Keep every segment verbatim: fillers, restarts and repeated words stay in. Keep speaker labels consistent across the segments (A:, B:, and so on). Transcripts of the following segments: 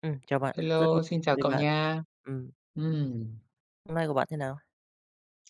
A: Ừ, chào bạn, rất vui
B: Hello, xin
A: được
B: chào
A: với
B: cậu
A: bạn.
B: nha.
A: Ừm,
B: Ừm,
A: hôm nay của bạn thế nào?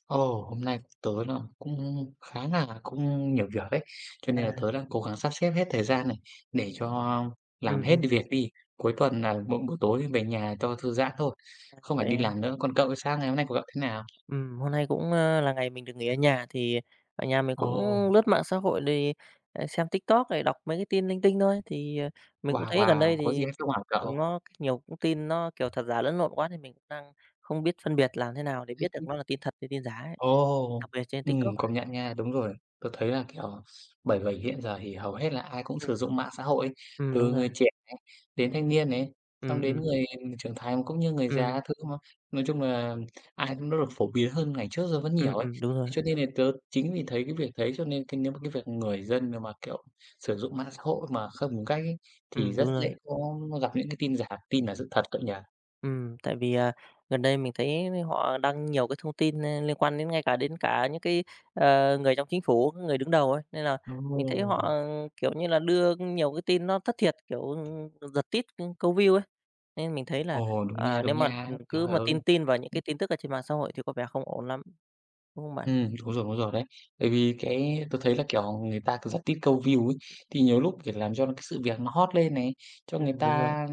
B: ồ, hôm nay tớ là cũng khá là cũng nhiều việc đấy, cho nên là
A: À,
B: tớ đang cố gắng sắp xếp hết thời gian này để cho
A: ừ
B: làm hết
A: ừm,
B: việc đi. Cuối tuần là mỗi buổi tối thì về nhà cho thư giãn thôi,
A: à,
B: không phải đi
A: vậy à?
B: làm nữa. Còn cậu thì sao? Ngày hôm nay của cậu thế nào?
A: Ừm, hôm nay cũng, ơ, là ngày mình được nghỉ ở nhà thì ở nhà mình
B: Ồ,
A: cũng lướt mạng xã hội rồi, ờ, xem TikTok này, đọc mấy cái tin linh tinh thôi. Thì, ờ, mình cũng
B: wow,
A: thấy gần
B: wow,
A: đây
B: có
A: thì
B: gì hay không hả cậu?
A: nó nhiều cũng tin nó, kiểu, thật giả lẫn lộn quá thì mình cũng đang không biết phân biệt làm thế nào để biết được nó là tin thật hay tin giả ấy,
B: Ồ!
A: đặc biệt trên TikTok.
B: Ừm, công nhận nha, đúng rồi. Tôi thấy là, kiểu, bởi vậy hiện giờ thì hầu hết là ai cũng
A: Ừ,
B: sử dụng mạng xã hội ấy,
A: ừm, đúng
B: từ
A: rồi.
B: người trẻ này, đến thanh niên này, xong
A: ừ
B: đến
A: ừ
B: người trưởng thành cũng như người già
A: ừ
B: các thứ mà. Nói chung là ai cũng nó được phổ biến hơn ngày trước giờ rất
A: ừ
B: nhiều ấy.
A: ừm, đúng rồi.
B: Thế cho nên là tớ chính vì thấy cái việc đấy cho nên cái nếu mà cái việc người dân mà, kiểu, sử dụng mạng xã hội mà không đúng cách ấy,
A: Ừ,
B: thì rất
A: đúng rồi.
B: dễ có gặp những cái tin giả, tin là sự thật cậu nhỉ?
A: Ừm, tại vì, à, gần đây mình thấy họ đăng nhiều cái thông tin, ơ, liên quan đến ngay cả đến cả những cái, ờ, người trong chính phủ, người đứng đầu ấy, nên là mình thấy họ,
B: Ồ!
A: ờ, kiểu như là, đưa nhiều cái tin nó thất thiệt, kiểu, giật tít, câu view ấy. Nên mình thấy là,
B: Ồ, đúng nha,
A: ờ,
B: đúng
A: nếu mà,
B: nha. Trời
A: cứ mà
B: ơi!
A: tin tin vào những cái tin tức ở trên mạng xã hội thì có vẻ không ổn lắm, đúng không bạn?
B: Ừm, đúng rồi, đúng rồi đấy. Bởi vì cái tôi thấy là, kiểu, người ta cứ rất thích câu view ấy, thì nhiều lúc, kiểu, làm cho cái sự việc nó hot lên này, cho người
A: Ừm, đúng rồi.
B: ta,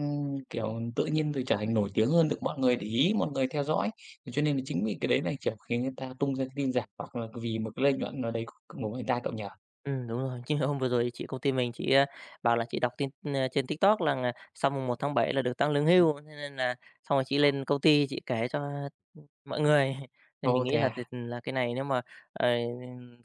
B: kiểu, tự nhiên rồi trở thành nổi tiếng hơn, được mọi người để ý, mọi người theo dõi. Thế cho nên là chính vì cái đấy là, kiểu, khiến người ta tung ra cái tin giả, hoặc là vì một cái lợi nhuận nào đấy c của người ta cậu nhỉ?
A: Ừm, đúng rồi. Chứ hôm vừa rồi chị công ty mình chị, a, bảo là chị đọc tin, ơ, trên TikTok rằng, à, sau mùng một tháng bảy là được tăng lương hưu, thế nên là xong rồi chị lên công ty chị kể cho mọi người. Nên mình
B: Ồ,
A: nghĩ
B: thế
A: là t
B: à?
A: là cái này nếu mà, ờ,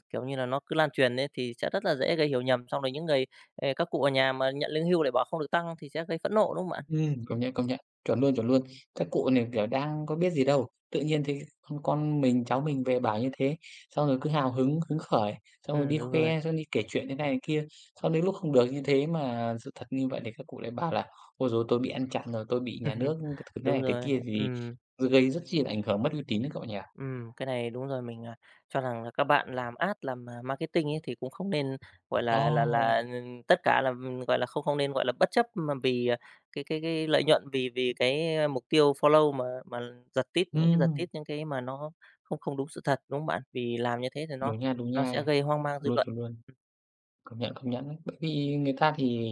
A: kiểu như là, nó cứ lan truyền ấy thì sẽ rất là dễ gây hiểu nhầm, xong rồi những người, ờ, các cụ ở nhà mà nhận lương hưu lại bảo không được tăng thì sẽ gây phẫn nộ, đúng không ạ?
B: Ừm, công nhận, công nhận, chuẩn luôn, chuẩn luôn. Các cụ này, kiểu, đang có biết gì đâu, tự nhiên thấy con con mình, cháu mình về bảo như thế, xong rồi cứ hào hứng, hứng khởi, xong rồi
A: Ừm,
B: đi
A: đúng rồi.
B: khoe, xong đi kể chuyện thế này thế kia. Xong đến lúc không được như thế mà sự thật như vậy thì các cụ lại bảo là "Ôi giời ơi, tôi bị ăn chặn rồi, tôi bị nhà nước các thứ thế
A: Đúng
B: này thế
A: rồi,
B: kia" thì
A: ừm.
B: gây rất chi là ảnh hưởng mất uy tín đấy cậu nhỉ?
A: Ừm, cái này đúng rồi, mình, à, cho rằng là các bạn làm Ad, làm, à, marketing ấy thì cũng không nên, gọi
B: Ồ,
A: là là là, ừm, tất cả là, ừm, gọi là, không không nên, gọi là, bất chấp mà vì, à, cái cái cái lợi nhuận, vì vì cái, a, mục tiêu follow mà mà giật tít những cái giật
B: ừm,
A: tít những cái mà nó không không đúng sự thật, đúng không bạn? Vì làm như thế thì nó
B: đúng nha, đúng
A: nó sẽ
B: nha,
A: gây hoang mang
B: chuẩn
A: dư
B: luôn,
A: luận.
B: chuẩn luôn. Công nhận, công nhận đấy. Bởi vì người ta thì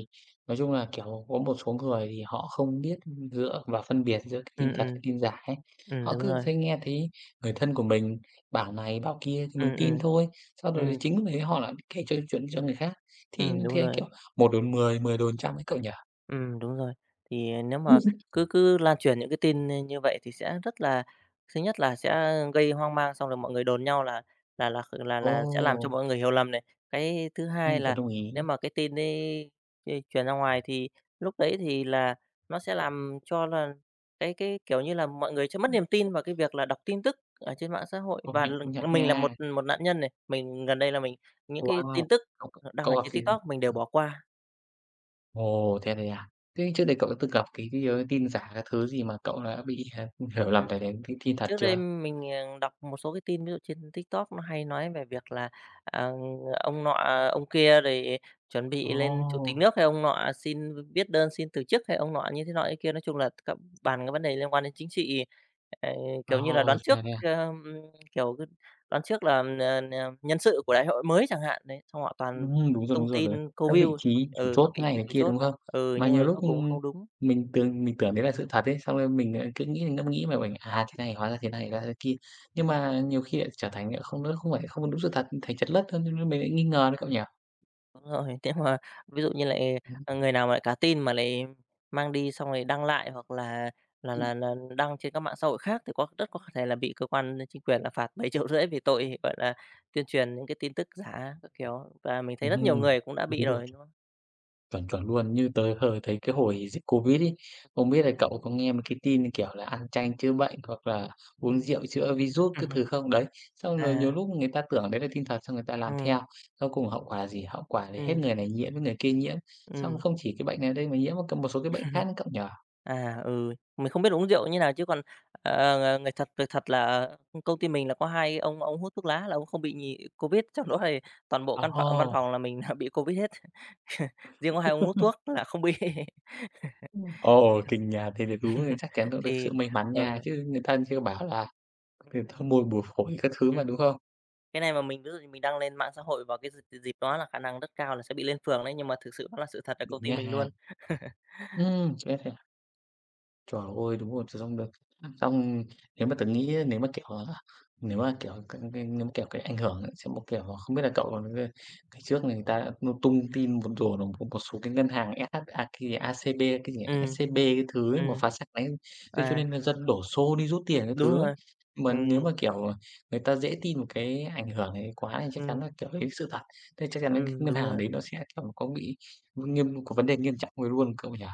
B: nói chung là, kiểu, có một số người thì họ không biết dựa và phân biệt giữa cái tin
A: Ừm,
B: thật,
A: ừm,
B: cái tin giả ấy.
A: ừm,
B: Họ
A: đúng
B: cứ
A: rồi.
B: thấy nghe thấy người thân của mình bảo này bảo kia thì mình
A: Ừm,
B: tin
A: ừm,
B: thôi, sau rồi
A: ừm,
B: chính vì thế họ lại kể cho chuyện cho người khác. Thì
A: ừm,
B: như
A: đúng
B: thế,
A: rồi.
B: kiểu, một đồn mười mười đồn trăm ấy cậu nhỉ?
A: Ừ, đúng rồi. Thì ờ, nếu mà cứ cứ lan truyền những cái tin như như vậy thì sẽ rất là thứ nhất là sẽ gây hoang mang, xong rồi mọi người đồn nhau là là là là
B: Ồ,
A: là sẽ làm cho mọi người hiểu lầm này. Cái thứ
B: ừm,
A: hai
B: tớ
A: là
B: đồng ý.
A: nếu mà cái tin đấy đi truyền ra ngoài thì lúc đấy thì là nó sẽ làm cho là cái cái, kiểu như là, mọi người sẽ mất niềm tin vào cái việc là đọc tin tức ở trên mạng xã hội.
B: Công
A: Và
B: nhận,
A: l
B: công nhận
A: mình là một
B: nha.
A: một nạn nhân này, mình gần đây là mình những cái
B: Wow!
A: tin tức
B: Cậu
A: đăng ở
B: cậu gặp
A: trên
B: gì?
A: TikTok mình đều bỏ qua.
B: Ồ, thế này à? Thế trước đây cậu đã từng gặp cái cái, ơ, tin giả cái thứ gì mà cậu đã bị, ờ, hiểu lầm để đến cái tin thật
A: Trước đây
B: chưa?
A: mình, ờ, đọc một số cái tin ví dụ trên TikTok nó hay nói về việc là, ờ, ông nọ, ông kia rồi chuẩn bị lên chủ tịch
B: Ồ,
A: nước hay ông nọ xin viết đơn xin từ chức hay ông nọ như thế nọ thế kia. Nói chung là các bàn cái vấn đề liên quan đến chính trị, ờ, kiểu như là, đoán
B: ồ,
A: trước,
B: thế này à?
A: ơ, kiểu, cứ đoán trước là, ờ, ờ, nhân sự của đại hội mới chẳng hạn, đấy, xong họ toàn
B: Ừm, đúng rồi,
A: tung
B: đúng rồi, đấy,
A: tin câu
B: các vị
A: view,
B: trí chủ
A: ừ, các
B: chốt thế
A: vị
B: này
A: trí
B: thế
A: chủ
B: kia,
A: chốt,
B: đúng không?
A: ừ,
B: Mà
A: nhưng là
B: nhiều lúc,
A: cuối cùng
B: ừm,
A: không đúng.
B: mình tưởng mình tưởng đấy là sự thật ấy, xong rồi mình lại cứ nghĩ ngẫm nghĩ mà mình, à, thế này hóa ra thế này, hóa ra thế kia. Nhưng mà nhiều khi lại trở thành lại không nó không phải không đúng sự thật, thành chật lất hơn, nên mình lại nghi ngờ đấy cậu nhỉ?
A: Đúng rồi, nếu mà ví dụ như lại, à,
B: Ừm,
A: người nào mà lại cá tin mà lại mang đi xong rồi đăng lại hoặc là là là là đăng trên các mạng xã hội khác thì có rất có thể là bị cơ quan chính quyền là phạt bảy triệu rưỡi vì tội, gọi là, tuyên truyền những cái tin tức giả các kiểu, và mình thấy
B: ừm,
A: rất nhiều
B: ừm,
A: người cũng đã bị
B: đúng rồi.
A: rồi, đúng không?
B: Chuẩn, chuẩn luôn. Như tớ hời thấy cái hồi dịch Covid ấy, không biết là cậu có nghe một cái tin, kiểu là, ăn chanh chữa bệnh hoặc là uống rượu chữa virus cái thứ không? Đấy, xong rồi nhiều
A: À,
B: lúc người ta tưởng đấy là tin thật xong người ta làm
A: ừ
B: theo, sau cùng hậu quả là gì? Hậu quả là hết
A: ừ
B: người này nhiễm với người kia nhiễm, xong
A: ừ
B: không chỉ cái bệnh này đây mà nhiễm một c một số cái bệnh khác nữa cậu nhỉ?
A: À, ừ, mình không biết uống rượu như nào chứ còn, ờ, người thật việc thật là công ty mình là có hai ông ông hút thuốc lá là ông không bị nhì Covid, trong đó thì toàn bộ căn phòng văn
B: Ồ!
A: phòng là mình là bị Covid hết. Riêng có hai ông hút thuốc là không bị.
B: Ừm. Ồ, kinh nhà thì để đúng thì chắc chắn cậu được
A: Thì
B: sự may mắn nha,
A: ờ.
B: chứ người thân chưa bảo là từ thôi môi bùa phổi các thứ
A: Ừm,
B: mà, đúng không?
A: cái này mà mình ví dụ như mình đăng lên mạng xã hội vào cái dịp dịp đó là khả năng rất cao là sẽ bị lên phường đấy, nhưng mà thực sự đó là sự thật ở
B: Được
A: công ty mình luôn.
B: nha. Ừm, Trời ơi, đúng rồi, xong được xong nếu mà tớ nghĩ á, nếu mà, kiểu, à, nếu mà, kiểu, cái cái nếu mà, kiểu, cái ảnh hưởng ấy sẽ một kiểu là không biết là cậu còn cái cái trước này người ta đã tung tin một đồn là một một số cái ngân hàng ét hát à, cái gì a xê bê, cái gì
A: Ừm,
B: ét xê bê cái thứ ấy mà
A: ừm,
B: phá sản đấy, thế cho
A: à,
B: nên là dân đổ xô đi rút tiền cái
A: đúng
B: thứ ấy.
A: rồi,
B: Mà nếu
A: ừm,
B: mà, kiểu, à, người ta dễ tin một cái ảnh hưởng này quá thì chắc chắn
A: ừm,
B: là, kiểu, đấy sự thật, thế chắc chắn là cái
A: ừm,
B: ngân
A: đúng
B: hàng
A: rồi.
B: đấy nó sẽ, kiểu, có bị nghiêm có vấn đề nghiêm trọng về luôn, cậu nhỉ?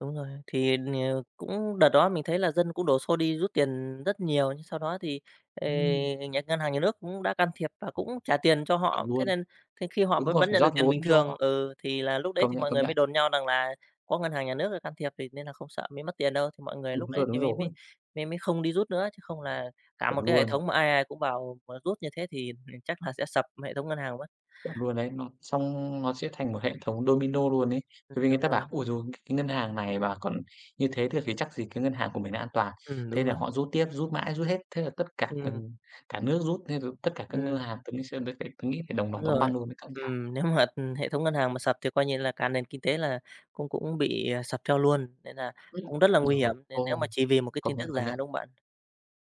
A: Đúng rồi, thì, ờ, cũng đợt đó mình thấy là dân cũng đổ xô đi rút tiền rất nhiều, nhưng sau đó thì, ờ,
B: Ừm,
A: nhà ngân hàng nhà nước cũng đã can thiệp và cũng trả tiền cho
B: chuẩn
A: họ. Thế
B: luôn.
A: nên thế khi họ
B: Đúng
A: vẫn
B: rồi,
A: vẫn
B: phải
A: nhận được
B: rót
A: tiền
B: vốn
A: bình thường
B: cho
A: ừ, thì là lúc đấy
B: công
A: thì
B: nhận,
A: mọi
B: công
A: người mới
B: nhận.
A: đồn nhau rằng là có ngân hàng nhà nước can thiệp thì nên là không sợ mới mất tiền đâu, thì mọi người lúc
B: Đúng
A: đấy
B: rồi,
A: thì
B: đúng
A: mới mới
B: rồi,
A: mới mới không đi rút nữa, chứ không là cả
B: chuẩn
A: một cái hệ
B: luôn,
A: thống mà ai ai cũng vào mà rút như thế thì chắc là sẽ sập hệ thống ngân hàng mất.
B: chuẩn luôn đấy. Nó xong nó sẽ thành một hệ thống domino luôn ấy.
A: Ừm,
B: Bởi vì người
A: đúng
B: ta
A: rồi,
B: bảo: "Ôi giời, cái ngân hàng này mà còn như thế thì thì chắc gì cái ngân hàng của mình đã an toàn."
A: ừm,
B: Thế
A: đúng
B: là
A: rồi,
B: họ rút tiếp, rút mãi, rút hết, thế là tất cả
A: ừm,
B: gần cả nước rút, thế rồi tất cả các ngân
A: ừm.
B: hàng tớ nghĩ sẽ tớ nghĩ phải đồng
A: Đúng
B: loạt đóng
A: rồi.
B: băng luôn đấy cả nhà.
A: Ừm, nếu mà, hệ thống ngân hàng mà sập thì coi như là cả nền kinh tế là cũng cũng bị, à, sập theo luôn, nên là
B: Ừm,
A: cũng rất là nguy
B: rồi,
A: hiểm, nên nếu mà
B: ồ,
A: chỉ vì một cái tin
B: công nhận,
A: tức
B: công
A: giả,
B: nhận.
A: đúng không bạn?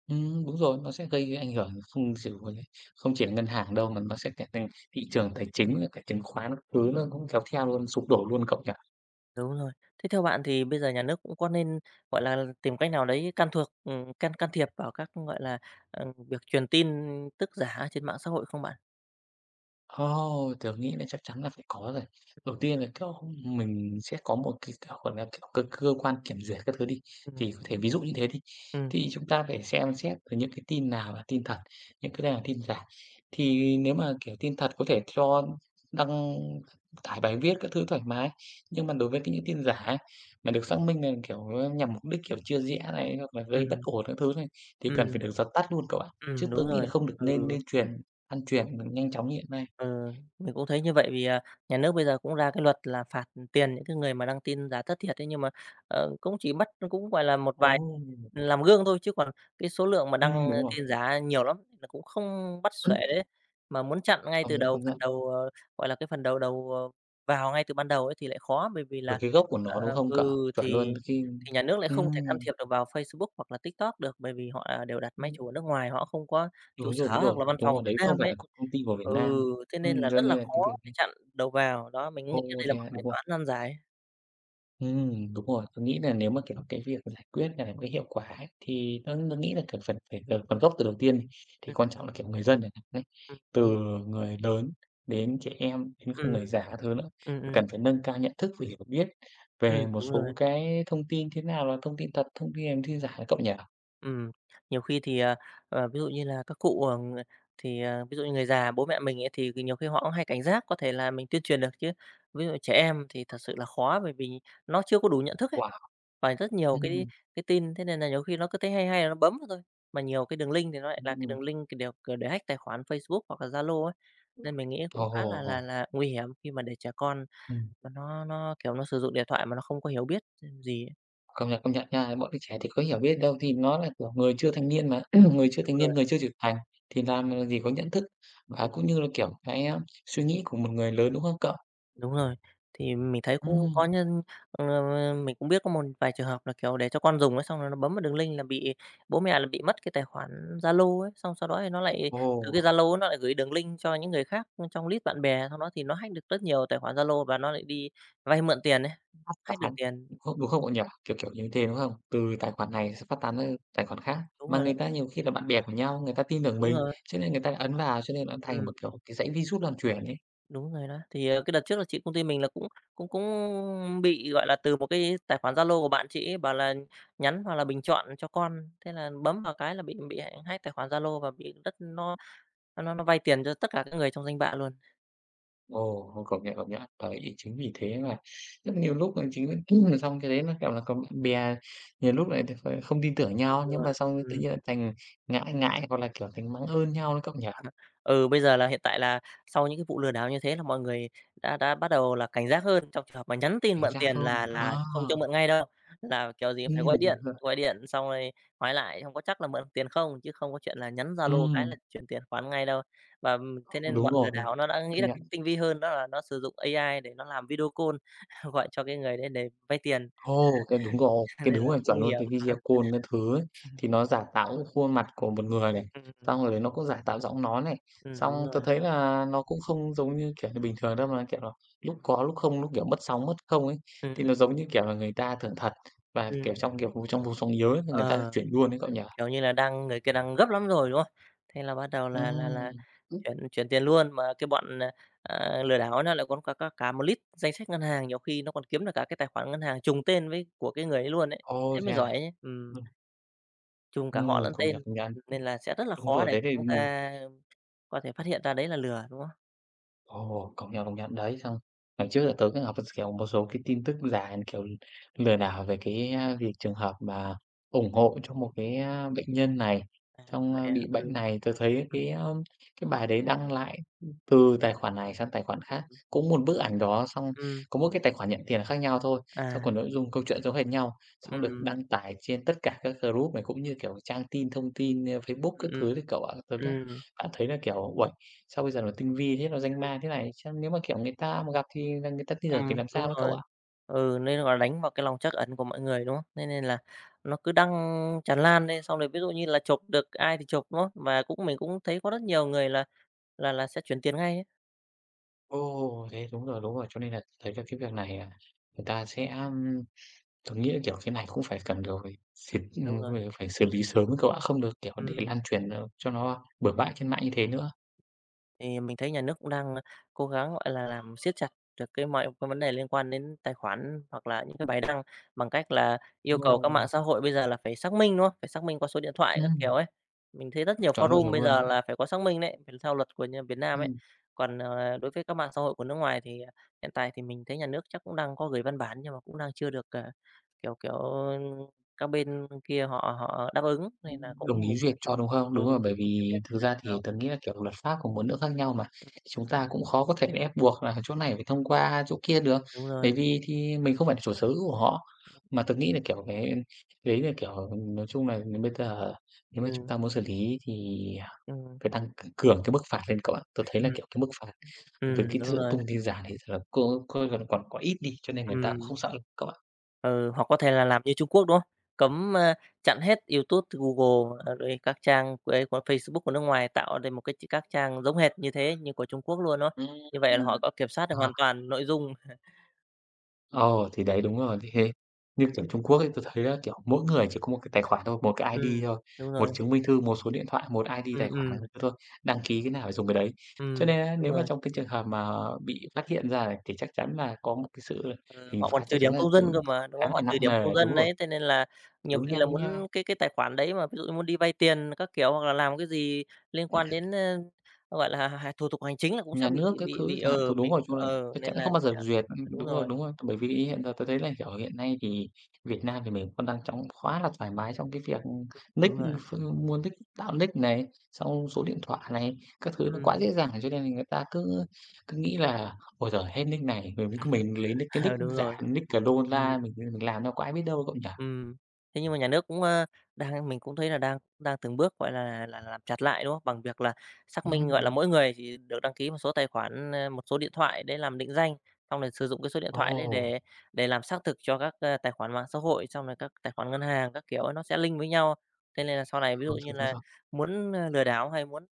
B: Ừm, đúng rồi, nó sẽ gây cái ảnh hưởng không chỉ với không chỉ là ngân hàng đâu, mà nó sẽ cả thành thị trường tài chính, rồi cả chứng khoán các thứ nó cũng kéo theo luôn, sụp đổ luôn cậu nhỉ?
A: Đúng rồi. Thế theo bạn thì bây giờ nhà nước cũng có nên, gọi là, tìm cách nào đấy can thuộc ừm, can can thiệp vào các, gọi là, ờ, việc truyền tin tức giả trên mạng xã hội không bạn?
B: Ồ, tớ nghĩ là chắc chắn là phải có rồi. Đầu tiên là, kiểu, mình sẽ có một cái, kiểu, gọi là, kiểu, cơ cơ quan kiểm duyệt các thứ đi,
A: Ừm,
B: thì có thể ví dụ như thế đi,
A: ừm,
B: thì chúng ta phải xem xét từ những cái tin nào là tin thật, những cái nào là tin giả. Thì nếu mà, kiểu, tin thật có thể cho đăng tải bài viết các thứ thoải mái, nhưng mà đối với cái những tin giả ấy, mà được xác minh là, kiểu, nhằm mục đích, kiểu, chia rẽ này, hoặc là gây bất
A: ừm,
B: ổn các thứ này, thì cần
A: ừm,
B: phải được dập tắt luôn cậu ạ. Chứ
A: ừm,
B: tớ
A: đúng
B: nghĩ là
A: rồi.
B: không được nên
A: Ừ.
B: nên truyền lan truyền nhanh chóng như hiện nay.
A: Ừ, mình cũng thấy như vậy vì, à, nhà nước bây giờ cũng ra cái luật là phạt tiền những cái người mà đăng tin giả thất thiệt ấy, nhưng mà, ờ, cũng chỉ bắt cũng, gọi là, một
B: Ồ!
A: vài làm gương thôi, chứ còn cái số lượng mà đăng
B: Ừm, đúng rồi.
A: tin giả nhiều lắm, là cũng không bắt xuể đấy. Mà muốn chặn ngay
B: Công
A: từ
B: nhận,
A: đầu,
B: công
A: phần
B: nhận.
A: đầu, ờ, gọi là, cái phần đầu đầu, ờ, vào ngay từ ban đầu ấy thì lại khó, bởi vì là,
B: Rồi cái gốc của nó, đúng
A: ờ,
B: không cậu?
A: ừ,
B: Chuẩn
A: thì
B: luôn, khi
A: thì nhà nước lại không thể can
B: ừm,
A: thiệp được vào Facebook hoặc là TikTok được, bởi vì họ, à, đều đặt máy
B: đúng,
A: chủ ở nước ngoài, họ không có
B: đúng
A: trụ
B: rồi,
A: sở
B: đúng
A: hoặc
B: rồi,
A: là văn
B: đúng
A: phòng ở
B: rồi,
A: Việt
B: đấy không
A: Nam
B: phải
A: ấy.
B: là của công ty của Việt
A: Ừ,
B: Nam.
A: thế nên là
B: Ừm, cho
A: rất là
B: nên là
A: khó
B: cái việc
A: để
B: đấy
A: chặn đầu vào, đó, mình nghĩ
B: ô,
A: đây là
B: thế
A: một
B: à?
A: bài
B: Đúng rồi.
A: toán nan giải.
B: Ừm, đúng rồi, tôi nghĩ là nếu mà, kiểu, cái việc giải quyết là cái hiệu quả ấy, thì tôi tôi nghĩ là cần phần phải từ phần gốc từ đầu tiên đi, thì
A: Ừm,
B: quan trọng là, kiểu, người dân này này,
A: ừm,
B: từ
A: đúng rồi.
B: người lớn đến trẻ em, đến cả
A: Ừm,
B: người già các thứ nữa,
A: ừm, ừm,
B: cần phải nâng cao nhận thức và hiểu biết
A: ừm,
B: về một
A: đúng rồi.
B: số cái thông tin thế nào là thông tin thật, thông tin em tin
A: Ừm.
B: giả cậu nhỉ?
A: Ừm, nhiều khi thì, à, ờ, ví dụ như là các cụ, ờ, ng- thì, à, ví dụ như người già, bố mẹ mình ấy thì nhiều khi họ cũng hay cảnh giác, có thể là mình tuyên truyền được chứ. Ví dụ trẻ em thì thật sự là khó bởi vì nó chưa có đủ nhận thức ấy.
B: Wow!
A: Phải rất nhiều cái
B: Ừm,
A: cái tin, thế nên là nhiều khi nó cứ thấy hay hay là nó bấm vào thôi. Mà nhiều cái đường link thì nó lại là cái
B: ừm,
A: đường link cái đều kiểu để hack tài khoản Facebook hoặc là Zalo ấy, nên mình nghĩ
B: ồ,
A: cũng khá
B: ồ,
A: là
B: ồ,
A: là là nguy hiểm khi mà để trẻ con
B: ừm.
A: mà nó nó, kiểu, nó sử dụng điện thoại mà nó không có hiểu biết gì ấy.
B: Công nhận, công nhận nha. Bọn đứa trẻ thì có hiểu biết đâu, thì nó là, kiểu, người chưa thành niên mà, người chưa
A: Đúng
B: thành
A: rồi.
B: niên, người chưa trưởng thành thì làm gì có nhận thức và
A: Ừm.
B: cũng như là, kiểu, cái, a, suy nghĩ của một người lớn, đúng không cậu?
A: Đúng rồi, thì mình thấy cũng có
B: Ừm,
A: nhân ờ, mình cũng biết có một vài trường hợp là, kiểu, để cho con dùng ấy, xong rồi nó bấm vào đường link là bị bố mẹ là bị mất cái tài khoản Zalo ấy, xong sau đó thì nó lại
B: ồ,
A: từ cái Zalo ấy nó lại gửi đường link cho những người khác trong list bạn bè, sau đó thì nó hack được rất nhiều tài khoản Zalo và nó lại đi vay mượn tiền ấy,
B: phát
A: hack được
B: tán,
A: tiền.
B: đúng không, đúng không, bọn nhỉ? Kiểu, kiểu như thế, đúng không? Từ tài khoản này sẽ phát tán ra tài khoản khác,
A: Đúng
B: mà
A: rồi đấy,
B: người ta nhiều khi là bạn bè của nhau, người ta tin tưởng
A: đúng
B: mình,
A: rồi,
B: cho nên người ta ấn vào, cho nên nó thành một,
A: ừ.
B: kiểu, cái dãy virus lan truyền ấy.
A: Đúng rồi đó. Thì, ờ, cái đợt trước là chị công ty mình là cũng cũng cũng bị, gọi là, từ một cái tài khoản Zalo của bạn chị ấy bảo là nhắn hoặc là bình chọn cho con, thế là bấm vào cái là bị bị hack tài khoản Zalo và bị rất nó nó nó vay tiền cho tất cả các người trong danh bạ luôn.
B: Ồ, ồ, công nhận, công nhận. Đấy, thì chính vì thế mà rất nhiều lúc là chính là xong cái đấy nó, kiểu là, có bạn bè nhiều lúc lại thì ph không tin tưởng
A: Đúng
B: nhau, nhưng mà
A: rồi.
B: xong tự
A: Ừm.
B: nhiên lại thành ngại ngại hoặc là, kiểu, thành mắng ơn nhau đấy cậu nhỉ?
A: Ừ, bây giờ là hiện tại là sau những cái vụ lừa đảo như thế là mọi người đã đã bắt đầu là cảnh giác hơn, trong trường hợp mà nhắn tin
B: Thành
A: mượn
B: ra
A: tiền
B: hơn. Đúng
A: là
B: rồi.
A: là không cho
B: Ờ,
A: mượn ngay đâu, là kiểu gì cũng phải gọi
B: đúng
A: điện,
B: rồi.
A: gọi điện xong rồi hỏi lại không có chắc là mượn tiền không, chứ không có chuyện là nhắn Zalo cái
B: Ừm,
A: là chuyển tiền khoản ngay đâu. Và, ừm, thế nên
B: đúng
A: bọn lừa
B: rồi,
A: đảo nó đã nghĩ
B: công
A: ra
B: nhận.
A: cách tinh vi hơn, đó là nó sử dụng a i để nó làm video call, gọi cho cái người đấy để vay tiền,
B: Ồ, cái đúng rồi, cái
A: nên
B: đúng
A: là
B: rồi,
A: cũng
B: chuẩn
A: nguy
B: luôn,
A: hiểm.
B: cái video call các thứ ấy, thì nó giả tạo cái khuôn mặt của một người này,
A: Ừm,
B: xong rồi nó cũng giả tạo giọng nói này,
A: ừm, đúng
B: xong
A: rồi.
B: tớ thấy là nó cũng không giống như, kiểu như, bình thường đâu mà, kiểu là, lúc có lúc không, lúc, kiểu, mất sóng mất không ấy,
A: Ừm,
B: thì nó
A: ừm,
B: giống như, kiểu là, người ta tưởng thật và, kiểu,
A: ừm.
B: trong, kiểu, trong vùng sóng yếu ấy, người ta
A: Ờ.
B: chuyển luôn đấy cậu nhỉ?
A: Kiểu như là, đang người kia đang gấp lắm rồi, đúng không? Thế là bắt đầu là là là
B: Ừm. Ừm.
A: chuyển chuyển tiền luôn, mà cái bọn, à, à, lừa đảo ấy nó lại còn có có cả một list danh sách ngân hàng, nhiều khi nó còn kiếm được cả cái tài khoản ngân hàng trùng tên với của cái người ấy luôn ấy,
B: Ồ,
A: thế
B: thế
A: mới
B: à?
A: giỏi chứ. Ừm,
B: Ừm,
A: trùng cả họ
B: ừm,
A: lẫn
B: công nhận,
A: tên,
B: công nhận.
A: nên là sẽ rất là
B: Đúng
A: khó
B: rồi,
A: để
B: đấy thì
A: chúng ta có thể phát hiện ra đấy là lừa, đúng không?
B: ồ, công nhận, công nhận. Đấy, xong ngày trước là tớ cứ đọc được, kiểu, một số cái tin tức giả, kiểu, lừa đảo về cái, a, việc trường hợp mà ủng hộ cho một cái, a, bệnh nhân này,
A: À,
B: xong,
A: vậy
B: a,
A: à?
B: bị
A: Ừ,
B: bệnh này. Tớ thấy
A: ừm,
B: cái, a, cái bài đấy đăng lại từ tài khoản này sang tài khoản khác,
A: ừm,
B: cũng một bức ảnh đó, xong
A: ừm,
B: có mỗi cái tài khoản nhận tiền khác nhau thôi, xong
A: à,
B: còn nội dung câu chuyện giống hệt nhau, xong được
A: ừm,
B: đăng tải trên tất cả các group này cũng như, kiểu, trang tin thông tin, a, Facebook các
A: ừm,
B: thứ thì cậu ạ. Tớ
A: ừm,
B: đã
A: ừm,
B: đã thấy là, kiểu, uầy sao bây giờ nó tinh vi thế, nó danh
A: ừm,
B: ma thế này? Chứ nếu mà, kiểu, người ta mà gặp thì là người ta tin tưởng thì làm
A: đúng
B: sao nữa cậu
A: rồi.
B: ạ?
A: Ừ, nên, gọi là, đánh vào cái lòng trắc ẩn của mọi người, đúng không? Nên nên là nó cứ đăng tràn lan lên, xong rồi ví dụ như là chụp được ai thì chụp, đúng không? Và cũng mình cũng thấy có rất nhiều người là là là sẽ chuyển tiền ngay ấy.
B: Ồ, thế đúng rồi, đúng rồi. Cho nên là thấy là cái việc này, à, người ta sẽ, ưm, tớ nghĩ là, kiểu, cái này cũng phải cần được phải
A: Ừm,
B: xịt
A: đúng
B: ừm,
A: rồi,
B: phải phải xử lý sớm ấy cậu ạ, không được, kiểu, để
A: ừm.
B: lan truyền, ờ, cho nó bừa bãi trên mạng như thế nữa.
A: Thì mình thấy nhà nước cũng đang cố gắng, gọi là, làm siết chặt được cái mọi cái vấn đề liên quan đến tài khoản hoặc là những cái bài đăng bằng cách là yêu cầu
B: Ồ.
A: các mạng xã hội bây giờ là phải xác minh, đúng không? Phải xác minh qua số điện thoại các
B: Ừm,
A: kiểu ấy. Mình thấy rất nhiều
B: chuẩn luôn,
A: forum
B: chuẩn
A: bây giờ
B: luôn.
A: là phải có xác minh đấy, phải theo luật của nhà Việt Nam ấy.
B: Ừm.
A: Còn, ờ, đối với các mạng xã hội của nước ngoài thì, à, hiện tại thì mình thấy nhà nước chắc cũng đang có gửi văn bản nhưng mà cũng đang chưa được, ờ, kiểu, kiểu, các bên kia họ họ đáp ứng nên là
B: Đồng
A: cũng mình
B: ý
A: cũng
B: duyệt
A: chưa
B: cho, đúng không?
A: ừ,
B: Đúng rồi, bởi
A: mình cũng chưa biết
B: vì
A: nên
B: thực ra thì
A: nào.
B: tớ nghĩ là, kiểu, luật pháp của mỗi nước khác nhau mà, chúng ta cũng khó có thể ép buộc là chỗ này phải thông qua chỗ kia được,
A: Đúng rồi,
B: bởi vì thì mình không phải là chủ sở hữu của họ. Mà tớ nghĩ là, kiểu, cái đấy là, kiểu, nói chung là bây giờ nếu mà chúng
A: ừm.
B: ta muốn xử lý thì
A: Ừm.
B: phải tăng c cường cái mức phạt lên cậu ạ. Tớ thấy là,
A: Ừm,
B: kiểu, cái mức phạt đối với cái
A: đúng
B: sự
A: rồi,
B: tung tin giả thì là cô coi còn còn có ít đi, cho nên người ta cũng
A: ừm,
B: không sợ lắm cậu ạ.
A: ừ, hoặc có thể là làm như Trung Quốc, đúng không? Cấm, a, chặn hết YouTube, Google, ờ, rồi các trang ấy của Facebook của nước ngoài tạo nên một cái ch các trang giống hệt như thế như của Trung Quốc luôn, đúng không? Như vậy là họ
B: Ừm.
A: có kiểm soát được
B: Ờ.
A: hoàn toàn nội dung.
B: Ờ, thì đấy, đúng rồi. Thế như kiểu Trung Quốc ấy, tôi thấy á, kiểu, mỗi người chỉ có một cái tài khoản thôi, một cái
A: Ừm,
B: ai đi thôi,
A: đúng rồi,
B: một chứng minh thư, một số điện thoại, một ai đi
A: ừm,
B: tài khoản là
A: ừm,
B: được thôi, đăng ký cái nào phải dùng cái đấy. Cho
A: ừm,
B: nên á,
A: đúng
B: nếu mà
A: rồi.
B: trong cái trường hợp mà bị phát hiện ra này thì chắc chắn là có một cái sự
A: Ừm,
B: hình
A: họ còn
B: phạt
A: trừ
B: chắc
A: điểm
B: chắn là
A: công dân cơ
B: cũng
A: mà, đúng
B: khá
A: không? Họ
B: là
A: trừ
B: nặng
A: điểm công
B: nề. Đúng
A: dân
B: rồi,
A: đấy, thế nên là nhiều
B: đúng
A: khi
B: nha,
A: là
B: đúng
A: muốn
B: nha.
A: cái cái tài khoản đấy mà ví dụ như muốn đi vay tiền các kiểu hoặc là làm cái gì liên quan đến, ơ, gọi là, h thủ tục hành chính là cũng sẽ
B: Nhà nước
A: bị
B: các
A: bị
B: thứ
A: bị
B: chẳng hạn,
A: ừ,
B: thì đúng
A: bị
B: rồi, chung là
A: ừ,
B: chắc
A: nên
B: chắn
A: là
B: không bao giờ
A: sẽ
B: duyệt,
A: ờ,
B: ưm,
A: đúng
B: đúng rồi,
A: rồi,
B: đúng rồi. Bởi vì ý hiện giờ tôi thấy là, kiểu, hiện nay thì Việt Nam thì mình còn đang trong khá là thoải mái trong cái việc ừ, nick,
A: đúng rồi.
B: ph mua nick tạo nick này, xong số
A: Ừm,
B: điện thoại này, các thứ nó quá
A: ừm,
B: dễ dàng, cho nên là người ta cứ cứ nghĩ là "Ôi giời, hết nick này, mình cứ mình lấy nick cái nick
A: ờ, đúng
B: giả,
A: rồi,
B: nick cờ đô
A: ừm.
B: la mình mình làm đâu có ai biết đâu", cậu nhỉ?
A: Ừm, thế nhưng mà nhà nước cũng, a, đang mình cũng thấy là đang đang từng bước, gọi là, là làm chặt lại, đúng không? Bằng việc là xác minh, gọi là,
B: Ừm.
A: mỗi người chỉ được đăng ký một số tài khoản, a, một số điện thoại để làm định danh, xong rồi sử dụng cái số điện thoại đấy
B: Ồ,
A: để để làm xác thực cho các, a, tài khoản mạng xã hội, xong rồi các tài khoản ngân hàng các kiểu ấy, nó sẽ link với nhau. Thế nên là sau này ví dụ
B: đúng
A: như
B: rồi, đúng
A: là
B: rồi.
A: muốn, a, lừa đảo hay muốn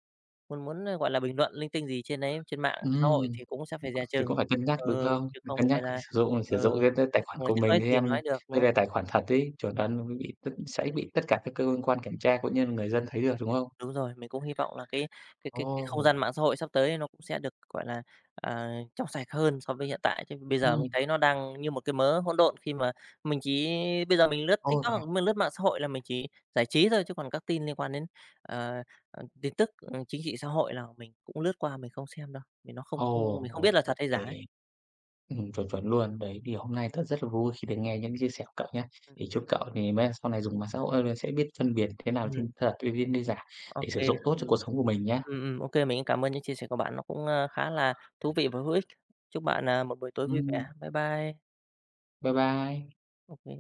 A: muốn muốn, a, gọi là, bình luận linh tinh gì trên ấy, trên mạng xã hội
B: Ừm.
A: thì cũng sẽ phải dè
B: Thì
A: chừng.
B: cũng phải cân nhắc, đúng
A: Ừ,
B: không?
A: chứ
B: Phải
A: không
B: cân
A: phải
B: nhắc khi
A: là
B: sử dụng sử dụng
A: ừ,
B: cái t tài khoản của
A: chứ
B: mình
A: nói gì
B: xem
A: nói được, đúng
B: đây
A: không?
B: là tài khoản thật ấy, chuẩn đoán mới bị tất sẽ bị tất cả các cơ quan kiểm tra cũng như là người dân thấy được, đúng không?
A: Đúng rồi, mình cũng hy vọng là cái cái cái cái không
B: Ồ,
A: gian mạng xã hội sắp tới nó cũng sẽ được, gọi là, à, trong sạch hơn so với hiện tại, chứ bây giờ mình
B: ừm,
A: thấy nó đang như một cái mớ hỗn độn khi mà mình chỉ bây giờ mình lướt
B: ồ,
A: TikTok
B: thế à?
A: hoặc mình lướt mạng xã hội là mình chỉ giải trí thôi, chứ còn các tin liên quan đến, ờ, ờ, tin tức, ừ, chính trị xã hội là mình cũng lướt qua mình không xem đâu, vì nó không
B: Ồ,
A: không mình không
B: ồ,
A: biết là thật
B: ô
A: hay giả
B: kê,
A: ấy.
B: ừm, chuẩn, chuẩn luôn. Đấy, thì hôm nay tớ rất là vui khi được nghe những chia sẻ của cậu nhá.
A: Ừm,
B: Thì chúc cậu thì mai sau này dùng mạng xã hội là sẽ biết phân biệt thế nào là
A: ừm,
B: tin thật với tin tin giả
A: ô
B: để sử
A: kê,
B: dụng tốt cho cuộc
A: ừm,
B: sống của mình nhá.
A: ừm, ừm, ok, mình cảm ơn những chia sẻ của bạn, nó cũng, a, khá là thú vị và hữu ích. Chúc bạn, à, một buổi tối vui
B: Ừm,
A: vẻ. Bye bye.
B: bye bye.
A: Ok.